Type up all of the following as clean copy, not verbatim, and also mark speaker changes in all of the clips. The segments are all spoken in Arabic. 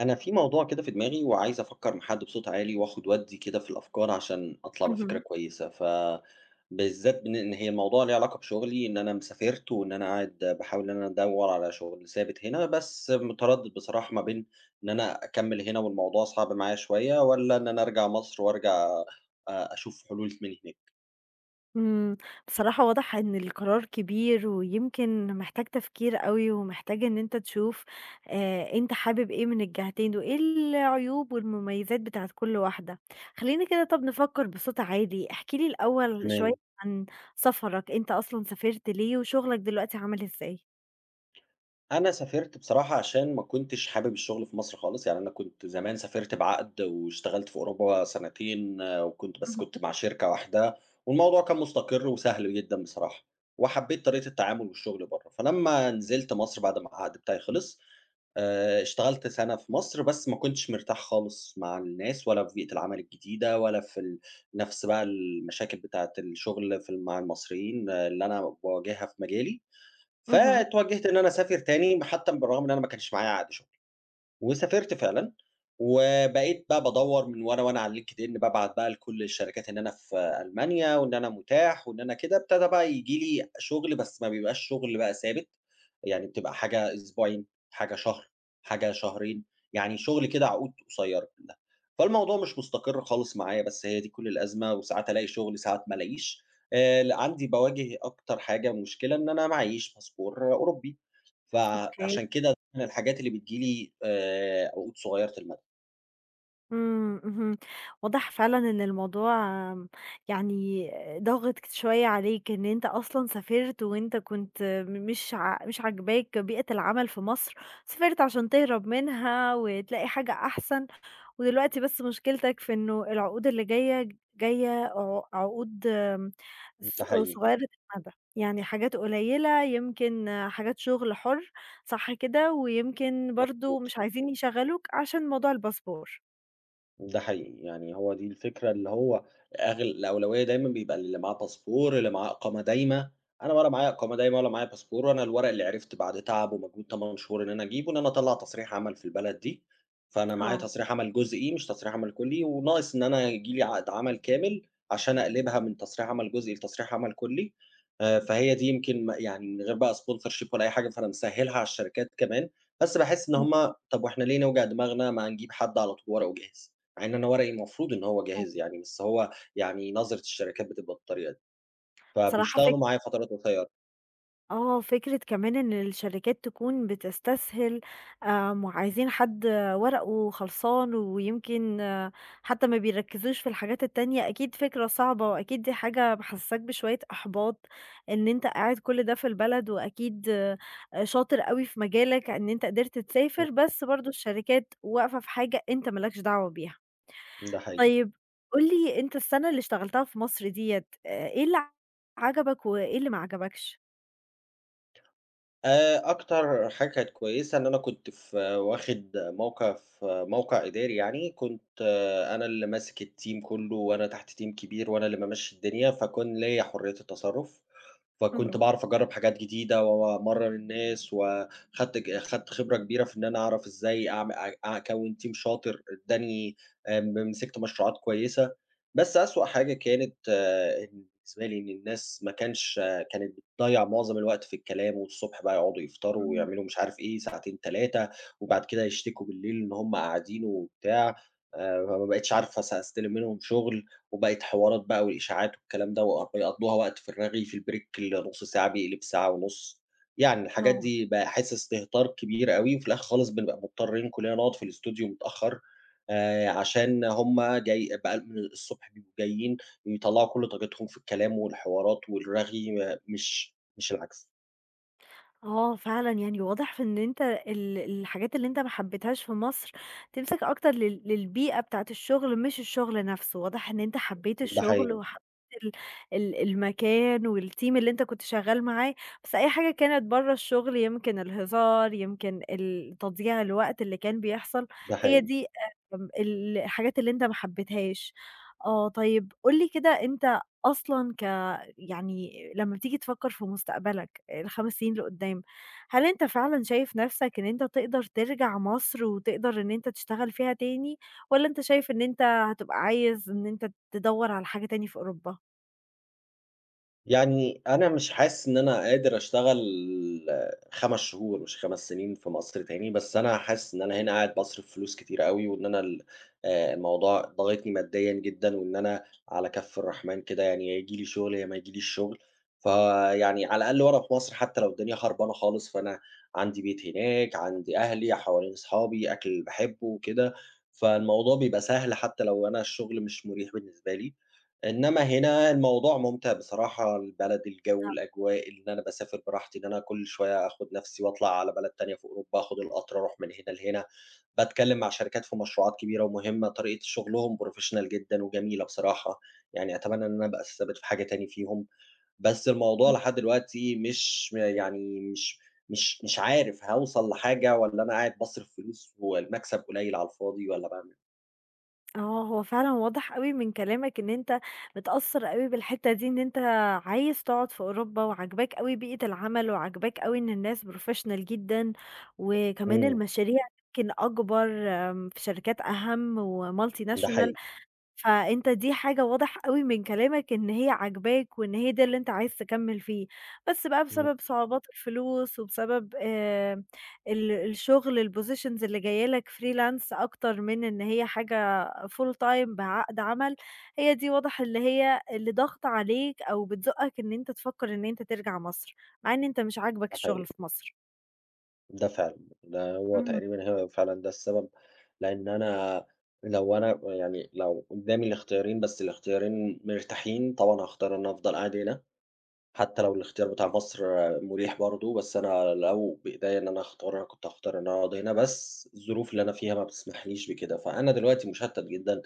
Speaker 1: أنا في موضوع كده في دماغي وعايز أفكّر مع حد بصوت عالي وآخُد وأدّي كده في الأفكار عشان أطلع بفكرة
Speaker 2: اهم،
Speaker 1: كويسة، ف بالذات إن هي الموضوع ليه علاقة بشُغلي، إن أنا سافرت وإن أنا قاعد باحاول إن أنا أدوّر على شُغل ثابت هنا، بس متردّد بصراحة ما بين إن أنا أكمّل هنا والموضوع صعب معايا شوية والّا إن أنا أرجع مصر وأرجع أشوف حلول من هناك.
Speaker 2: إمم، بصراحة واضح إن القرار كبير، ويمكن محتاج تفكير أوي، ومحتاج إن أنت تشوف أنت حابب إيه من الجهتين، وإيه العيوب والمميزات بتاعة كل واحدة. خلّينا كده طَب نفكر بصوت عالي، احكِ لي الأول شوية
Speaker 1: تمام.
Speaker 2: عن سفرك، أنت أصلًا سافرت ليه، وشغلك دلوقتي عامل إزاي؟
Speaker 1: أنا سافرت بصراحة عشان ما كنتش حابب الشغل في مصر خالص، يعني أنا كنت زمان سافرت بعقد واشتغلت في أوروبا سنتين وكنت بس كنت
Speaker 2: اهم،
Speaker 1: مع شركة واحدة، والموضوع كان مستقر وسهل جدًا بصراحة، وحبيت طريقة التعامل والشغل برّه. فلمّا نزلت مصر بعد ما العقد بتاعي خلص، اشتغلت سنة في مصر بس ما كنتش مرتاح خالص مع الناس ولا في بيئة العمل الجديدة ولا في نفس بقى المشاكل بتاعة الشغل في مع المصريين اللي أنا باواجهها في مجالي.
Speaker 2: اهم،
Speaker 1: فاتوجّهت إن أنا أسافر تاني، حتّى بالرغم إن أنا ما كانش معايا عقد شُغل. وسافرت فعلًا، وبقيت بقى بادوّر من ورا وأنا على LinkedIn بابعت بقى لكل الشركات إن أنا في ألمانيا وإن أنا متاح وإن أنا كده. ابتدى بقى ييجي لي شغل بس ما بيبقاش شغل بقى ثابت، يعني بتبقى حاجة أسبوعين، حاجة شهر، حاجة شهرين، يعني شغل كده عقود قصيّرة كلها. فالموضوع مش مستقر خالص معايا، بس هي دي كل الأزمة، وساعات ألاقي شغل، ساعات ما ألاقيش. ل عندي باواجه أكتر حاجة مشكلة إن أنا معييش باسبور أوروبي،
Speaker 2: أوكي.
Speaker 1: فعشان كده من الحاجات اللي بتيجي لي عقود صغيرة المدى.
Speaker 2: إمم، اهم. واضح فعلًا إن الموضوع آم، يعني ضاغط شوية عليك، إن أنت أصلًا سافرت وأنت كنت م مش ع مش عاجباك بيئة العمل في مصر، سافرت عشان تهرب منها وتلاقي حاجة أحسن، ودلوقتي بس مشكلتك في إنه العقود اللي جاية عقود، ص
Speaker 1: ده حقيقي.
Speaker 2: صغيرة المدى، يعني حاجات قليلة يمكن آه، حاجات شغل حُر، صح كده؟ ويمكن
Speaker 1: مضبوط.
Speaker 2: برضه مش عايزين يشغّلوك عشان موضوع الباسبور.
Speaker 1: ده حقيقي، يعني هو دي الفكرة اللي هو أغل الأولوية دايمًا بيبقى للي معاه باسبور، اللي معاه إقامة دايمة. أنا ولا معايا إقامة دايمة ولا معايا باسبور. أنا الورق اللي عرفت بعد تعب ومجهود 8 شهور إن أنا أجيبه، إن أنا أطلّع تصريح عمل في البلد دي. فأنا معايا
Speaker 2: آه.
Speaker 1: تصريح عمل جزئي مش تصريح عمل كلّي، وناقص إن أنا ييجي لي عقد عمل كامل عشان أقلبها من تصريح عمل جزئي لتصريح عمل كلّي. فهي دي يمكن يعني من غير بقى sponsorship ولا أي حاجة، فأنا مسهّلها على الشركات كمان. بس باحس إن
Speaker 2: إمم،
Speaker 1: هُم، طب وإحنا ليه نوجع دماغنا ما نجيب حد على طول ورقه جاهز. مع إن أنا ورقي المفروض إن هو
Speaker 2: آه،
Speaker 1: جاهز يعني، بس هو يعني نظرة الشركات بتبقى بالطريقة دي،
Speaker 2: بصراحة
Speaker 1: فبيشتغلوا
Speaker 2: فك
Speaker 1: معايا فترات قصيرة.
Speaker 2: آه، فكرة كمان إن الشركات تكون بتستسهل، آمم، وعايزين حد ورقه خلصان ويمكن حتى ما بيركّزوش في الحاجات التانية، أكيد فكرة صعبة وأكيد دي حاجة محسّساك بشوية إحباط، إن أنت قاعد كل ده في البلد وأكيد شاطر أوي في مجالك إن أنت قدرت
Speaker 1: إمم،
Speaker 2: تسافر، بس برضه الشركات واقفة في حاجة أنت ما لكش دعوة بيها.
Speaker 1: ده حقيقي.
Speaker 2: طيب قُل لي أنت السنة اللي اشتغلتها في مصر ديّة، إيه اللي عجبك وإيه اللي ما عجبكش؟
Speaker 1: أكتر حاجة كانت كويسة إن أنا كنت في موقع إداري يعني، كنت أنا اللي ماسك الteam كُلّه وأنا تحت team كبير وأنا اللي بامشّي الدنيا، فكان ليّا حرية التصرُّف. فكنت
Speaker 2: اهم،
Speaker 1: باعرف أجرّب حاجات جديدة وأمرّن الناس وخدت خدت خبرة كبيرة في إن أنا أعرف إزاي أعم أ أكوِّن team شاطر. ادّاني مسكت مشروعات كويسة. بس أسوأ حاجة كانت إن بالنسبة لي إن الناس ما كانش كانت بتضيّع معظم الوقت في الكلام، والصبح بقى يقعدوا يفطروا
Speaker 2: إمم.
Speaker 1: ويعملوا مش عارف إيه ساعتين 3، وبعد كده يشتكوا بالليل إن هم قاعدين وبتاع. فما بقيتش عارفة أستلم منهم شغل، وبقت حوارات بقى والإشاعات والكلام ده، وق بيقضّوها وقت في الرغي في البريك النُص ساعة بيقلب ساعة ونُص. يعني الحاجات
Speaker 2: آه.
Speaker 1: دي باحس استهتار كبير أوي، وفي الآخر خالص بنبقى مضطرين كلّنا نقعد في الإستوديو متأخّر، عشان هم جاي بقى من الصبح بيبقوا جايين يطلّعوا كل طاقتهم في الكلام والحوارات والرغي مش العكس.
Speaker 2: آه فعلًا، يعني واضح في إن أنت الحاجات اللي أنت ما حبيتهاش في مصر تمسك أكتر لل للبيئة بتاعة الشغل مش الشغل نفسه، واضح إن أنت حبيت
Speaker 1: ده
Speaker 2: الشغل
Speaker 1: حقيقي،
Speaker 2: وحبيت ال ال المكان والteam اللي أنت كنت شغال معاه، بس أي حاجة كانت برّه الشغل يمكن الهزار، يمكن ال تضييع الوقت اللي كان بيحصل،
Speaker 1: ده
Speaker 2: هي
Speaker 1: حقيقي.
Speaker 2: دي آمم ال الحاجات اللي أنت ما حبيتهاش. آه طيب قُل لي كده أنت أصلًا يعني لمّا بتيجي تفكر في مستقبلك ال5 سنين لقدّام، هل أنت فعلًا شايف نَفْسك إن أنت تقدر ترجع مصر وتقدر إن أنت تشتغل فيها تاني، والّا أنت شايف إن أنت هتبقى عايز إن أنت تدوّر على حاجة تاني في أوروبا؟
Speaker 1: يعني أنا مش حاسس إن أنا قادر أشتغل 5 شهور مش 5 سنين في مصر تاني، بس أنا حاسس إن أنا هنا قاعد باصرف فلوس كتير أوي، وإن أنا ال الموضوع ضاغطني ماديًا جدًا، وإن أنا على كَف الرحمن كده، يعني يا ييجي لي شغل يا ما ييجيليش شغل. فيعني على الأقل وأنا في مصر حتى لو الدنيا خربانة خالص فأنا عندي بيت هناك، عندي أهلي، حوالين أصحابي، أكل باحبه وكده. فالموضوع بيبقى سهل حتى لو أنا الشغل مش مريح بالنسبة لي. إنما هنا الموضوع ممتع بصراحة، البلد، الجو، الأجواء، إن أنا باسافر براحتي، إن أنا كل شوية آخد نَفْسي وأطلع على بلد تانية في أوروبا، آخد القطر أروح من هنا لهنا. باتكلّم مع شركات في مشروعات كبيرة ومهمة، طريقة شغلهم professional جدًا وجميلة بصراحة. يعني أتمنى إن أنا أبقى ثابت في حاجة تاني فيهم. بس الموضوع
Speaker 2: إمم.
Speaker 1: لحد دلوقتي مش م يعني مش عارف هاوصل لحاجة والّا أنا قاعد باصرف فلوس والمكسب قليل على الفاضي والّا باعمل
Speaker 2: آه، هو فعلًا واضح أوي من كلامك إن أنت متأثّر أوي بالحتّة دي، إن أنت عايز تقعد في أوروبا وعاجباك أوي بيئة العمل وعاجباك أوي إن الناس professional جدًا، وكمان
Speaker 1: إمم،
Speaker 2: المشاريع يمكن أكبر، في شركات أهَم
Speaker 1: ده
Speaker 2: وmultinational،
Speaker 1: حقيقي،
Speaker 2: فأنت دي حاجة واضح أوي من كلامك إن هي عاجباك، وإن هي ده اللي أنت عايز تكمّل فيه، بس بقى
Speaker 1: ده
Speaker 2: بسبب صعوبات الفلوس وبسبب ال الشغل الpositions اللي جاية لك freelance أكتر من إن هي حاجة full time بعقد عمل، هي دي واضح اللي هي اللي ضاغطة عليك أو بتزُقّك إن أنت تفكّر إن أنت ترجع مصر، مع إن أنت مش عاجبك
Speaker 1: حقيقي.
Speaker 2: الشغل في مصر.
Speaker 1: ده فعلًا، ده هو
Speaker 2: اهم،
Speaker 1: تقريبًا هو فعلًا ده السبب. لإن أنا لو أنا يعني لو قدّامي الاختيارين بس الاختيارين مرتاحين، طبعًا هاختار إن أنا أفضل قاعد هنا، حتى لو الاختيار بتاع مصر مُريح برضه. بس أنا لو بإيديّا إن أنا أختار، أنا كنت هاختار إن أنا أقعد هنا، بس الظروف اللي أنا فيها ما بتسمحليش بكده، فأنا دلوقتي مشتت جدًا.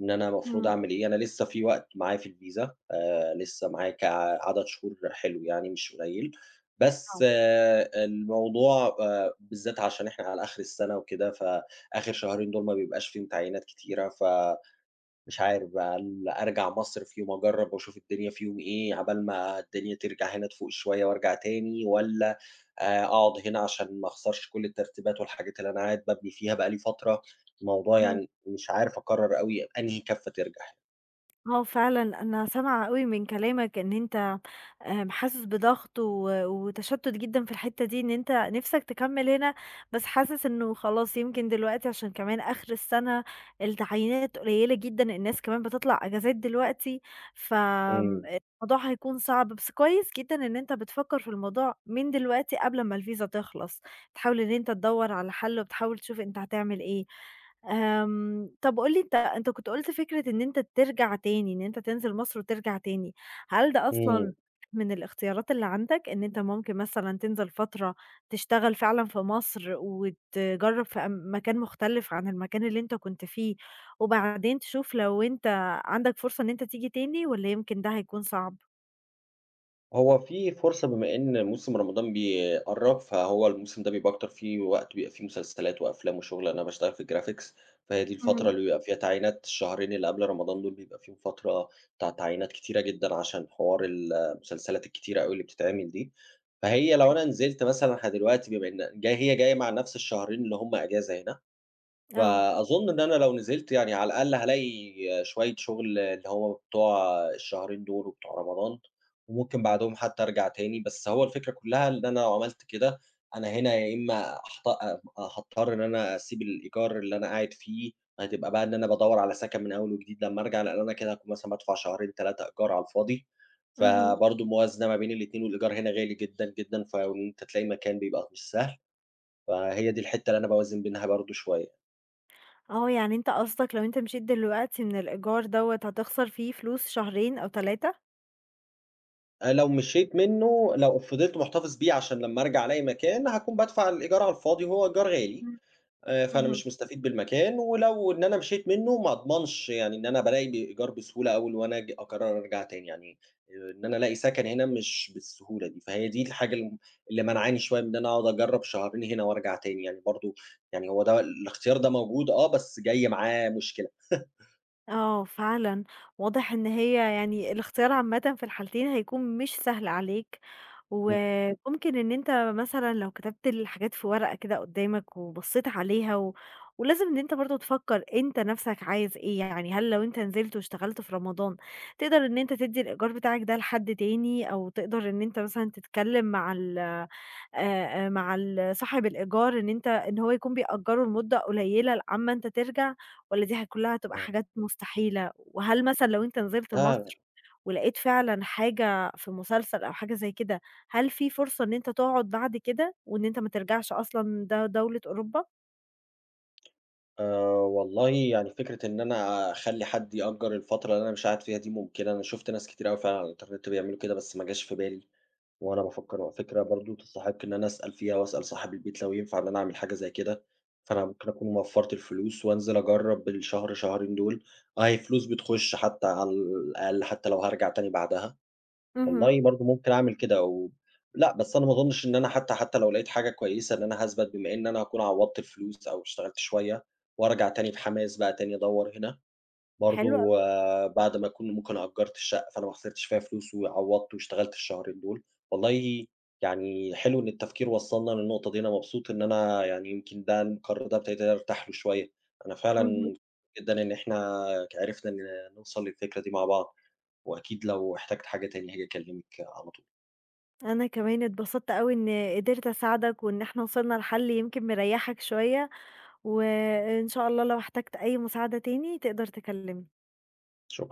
Speaker 1: إن أنا المفروض
Speaker 2: إمم،
Speaker 1: أعمل إيه. أنا لسه في وقت معايا في الفيزا، لسه معايا عدد شهور حلو يعني مش قليل، بس
Speaker 2: آه.
Speaker 1: الموضوع بالذات عشان إحنا على آخر السنة وكده، فآخر شهرين دول ما بيبقاش فيهم تعيينات كتيرة، ف مش عارف بقى أرجع مصر في يوم أجرّب وأشوف الدنيا في يوم إيه، عقبال ما الدنيا ترجع هنا تفوق شوية وأرجع تاني، والّا أقعد هنا عشان ما أخسرش كل الترتيبات والحاجات اللي أنا قاعد بابني فيها بقى لي فترة. الموضوع
Speaker 2: اهم.
Speaker 1: يعني مش عارف أقرّر أوي أنهي كَفّة ترجع.
Speaker 2: آه فعلًا أنا سامعة أوي من كلامك إن أنت آمم، حاسس بضغط وتشتت جدًا في الحتة دي، إن أنت نِفْسك تكمّل هنا، بس حاسس إنه خلاص يمكن دلوقتي عشان كمان آخر السنة التعيينات قليلة جدًا، الناس كمان بتطلع أجازات دلوقتي، فآمم،
Speaker 1: إمم،
Speaker 2: الموضوع هيكون صعب، بس كويس جدًا إن أنت بتفكّر في الموضوع من دلوقتي قبل ما الفيزا تخلص، بتحاول إن أنت تدوّر على حل وبتحاول تشوف أنت هتعمل إيه. آمم، طب قُل لي أنت أنت كنت قُلت فكرة إن أنت ترجع تاني، إن أنت تنزل مصر وترجع تاني، هل ده أصلًا
Speaker 1: إمم.
Speaker 2: من الاختيارات اللي عندك، إن أنت ممكن مثلًا تنزل فترة تشتغل فعلًا في مصر وتجرّب في أم مكان مختلف عن المكان اللي أنت كنت فيه، وبعدين تشوف لو أنت عندك فرصة إن أنت تيجي تاني والّا يمكن ده هيكون صعب؟
Speaker 1: هو في فرصة بما إن موسم رمضان بيقرّب، فهو الموسم ده بيبقى أكتر فيه وقت بيبقى فيه مسلسلات وأفلام وشغل، أنا باشتغل في الجرافيكس. فهي دي الفترة
Speaker 2: اهم.
Speaker 1: اللي بيبقى فيها تعيينات، الشهرين اللي قبل رمضان دول بيبقى فيهم فترة بتاع تعيينات كتيرة جدًا عشان حوار المسلسلات الكتيرة أوي اللي بتتعمل دي. فهي لو أنا نزلت مثلًا دلوقتي بما إن جاي هي جاية مع نفس الشهرين اللي هم أجازة هنا،
Speaker 2: آه،
Speaker 1: فأظن إن أنا لو نزلت يعني على الأقل هالاقي شوية شغل اللي هو بتوع الشهرين دول وبتوع رمضان، وممكن بعدهم حتى أرجع تاني. بس هو الفكرة كلّها إن أنا لو عملت كده، أنا هنا يا إمّا هاضطر إن أنا أسيب الإيجار اللي أنا قاعد فيه، هتبقى بقى إن أنا بادوّر على سَكَن من أول وجديد لمّا أرجع، لإن أنا كده هاكون مثلًا بادفع شهرين 3 إيجار على الفاضي.
Speaker 2: اهم،
Speaker 1: فبرضه موازنة ما بين الاتنين، والإيجار هنا غالي جدًا، جدًا، فإن أنت تلاقي مكان بيبقى مش سهل. فهي دي الحتّة اللي أنا باوازن بينها برضه شوية.
Speaker 2: آه، يعني أنت قصدك لو أنت مشيت دلوقتي من الإيجار دوّة هتخسر فيه فلوس شهرين أو 3؟
Speaker 1: لو مشيت منّه لو فضلت مُحتفظ بيه عشان لمّا أرجع ألاقي مكان، هاكون بادفع الإيجار على الفاضي وهو إيجار غالي.
Speaker 2: إمم،
Speaker 1: فأنا
Speaker 2: اهم.
Speaker 1: مش مستفيد بالمكان، ولو إن أنا مشيت منّه ما أضمنش يعني إن أنا بالاقي إيجار بسهولة أول وأنا آجي أقرر أرجع تاني، يعني إن أنا ألاقي سَكَن هنا مش بالسهولة دي، فهي دي الحاجة اللي مانعاني شوية من إن أنا أقعد أجرّب شهرين هنا وأرجع تاني يعني برضه. يعني هو ده الاختيار ده موجود بس جاي معاه مشكلة.
Speaker 2: آه فعلًا، واضح إن هي يعني الاختيار عامةً في الحالتين هيكون مش سهل عليك،
Speaker 1: إمم.
Speaker 2: وممكن إن أنت مثلًا لو كتبت الحاجات في ورقة كده قدامك وبصيت عليها و ولازم إن أنت برضه تفكر أنت نفسك عايز إيه، يعني هل لو أنت نزلت واشتغلت في رمضان تقدر إن أنت تدّي الإيجار بتاعك ده لحد تاني، أو تقدر إن أنت مثلًا تتكلم مع ال صاحب الإيجار إن أنت إن هو يكون بيأجّره لمدة قليلة لأمّا أنت ترجع، والّا دي كلّها هتبقى
Speaker 1: آه،
Speaker 2: حاجات مستحيلة؟ وهل مثلًا لو أنت نزلت
Speaker 1: لا.
Speaker 2: مصر ولقيت فعلًا حاجة في مسلسل أو حاجة زي كده، هل في فرصة إن أنت تقعد بعد كده وإن أنت ما ترجعش أصلًا دولة أوروبا؟
Speaker 1: والله يعني فكرة إن أنا أخلّي حد يأجّر الفترة اللي أنا مش قاعد فيها دي ممكنة، أنا شُفت ناس كتير أوي فعلًا على الإنترنت بيعملوا كده، بس ما جاش في بالي وأنا بافكّر. فكرة برضه تستحق إن أنا أسأل فيها وأسأل صاحب البيت لو ينفع إن أنا أعمل حاجة زي كده. فأنا ممكن أكون وفّرت الفلوس وأنزل أجرّب الشهر شهرين دول، أهي فلوس بتخُش حتى على الأقل حتى لو هارجع تاني بعدها.
Speaker 2: اهم.
Speaker 1: والله برضه ممكن أعمل كده لأ، بس أنا ما أظنش إن أنا حتى لو لقيت حاجة كويسة إن أنا هاثبت، بما إن أنا هاكون عوّضت الفلوس أو اشتغلت شوية وأرجع تاني بحماس بقى تاني أدوّر هنا.
Speaker 2: حلو أوي،
Speaker 1: برضه بعد ما أكون ممكن أجّرت الشقة، فأنا ما خسرتش فيها فلوس وعوّضت واشتغلت الشهرين دول. والله يعني حلو إن التفكير وصّلنا للنقطة دي، أنا مبسوط إن أنا يعني يمكن ده القرار ده ابتديت أرتاح له شوية. أنا
Speaker 2: اهم.
Speaker 1: فعلًا جدًا إن إحنا عرفنا نوصل للفكرة دي مع بعض، وأكيد لو احتجت حاجة تاني هاجي أكلّمِك على طول.
Speaker 2: أنا كمان اتبسطت أوي إني قدرت أساعدك وإن إحنا وصلنا لحل يمكن مريّحك شوية، وإن شاء الله لو احتجت أي مساعدة تاني تقدر تكلمني.
Speaker 1: شكرًا.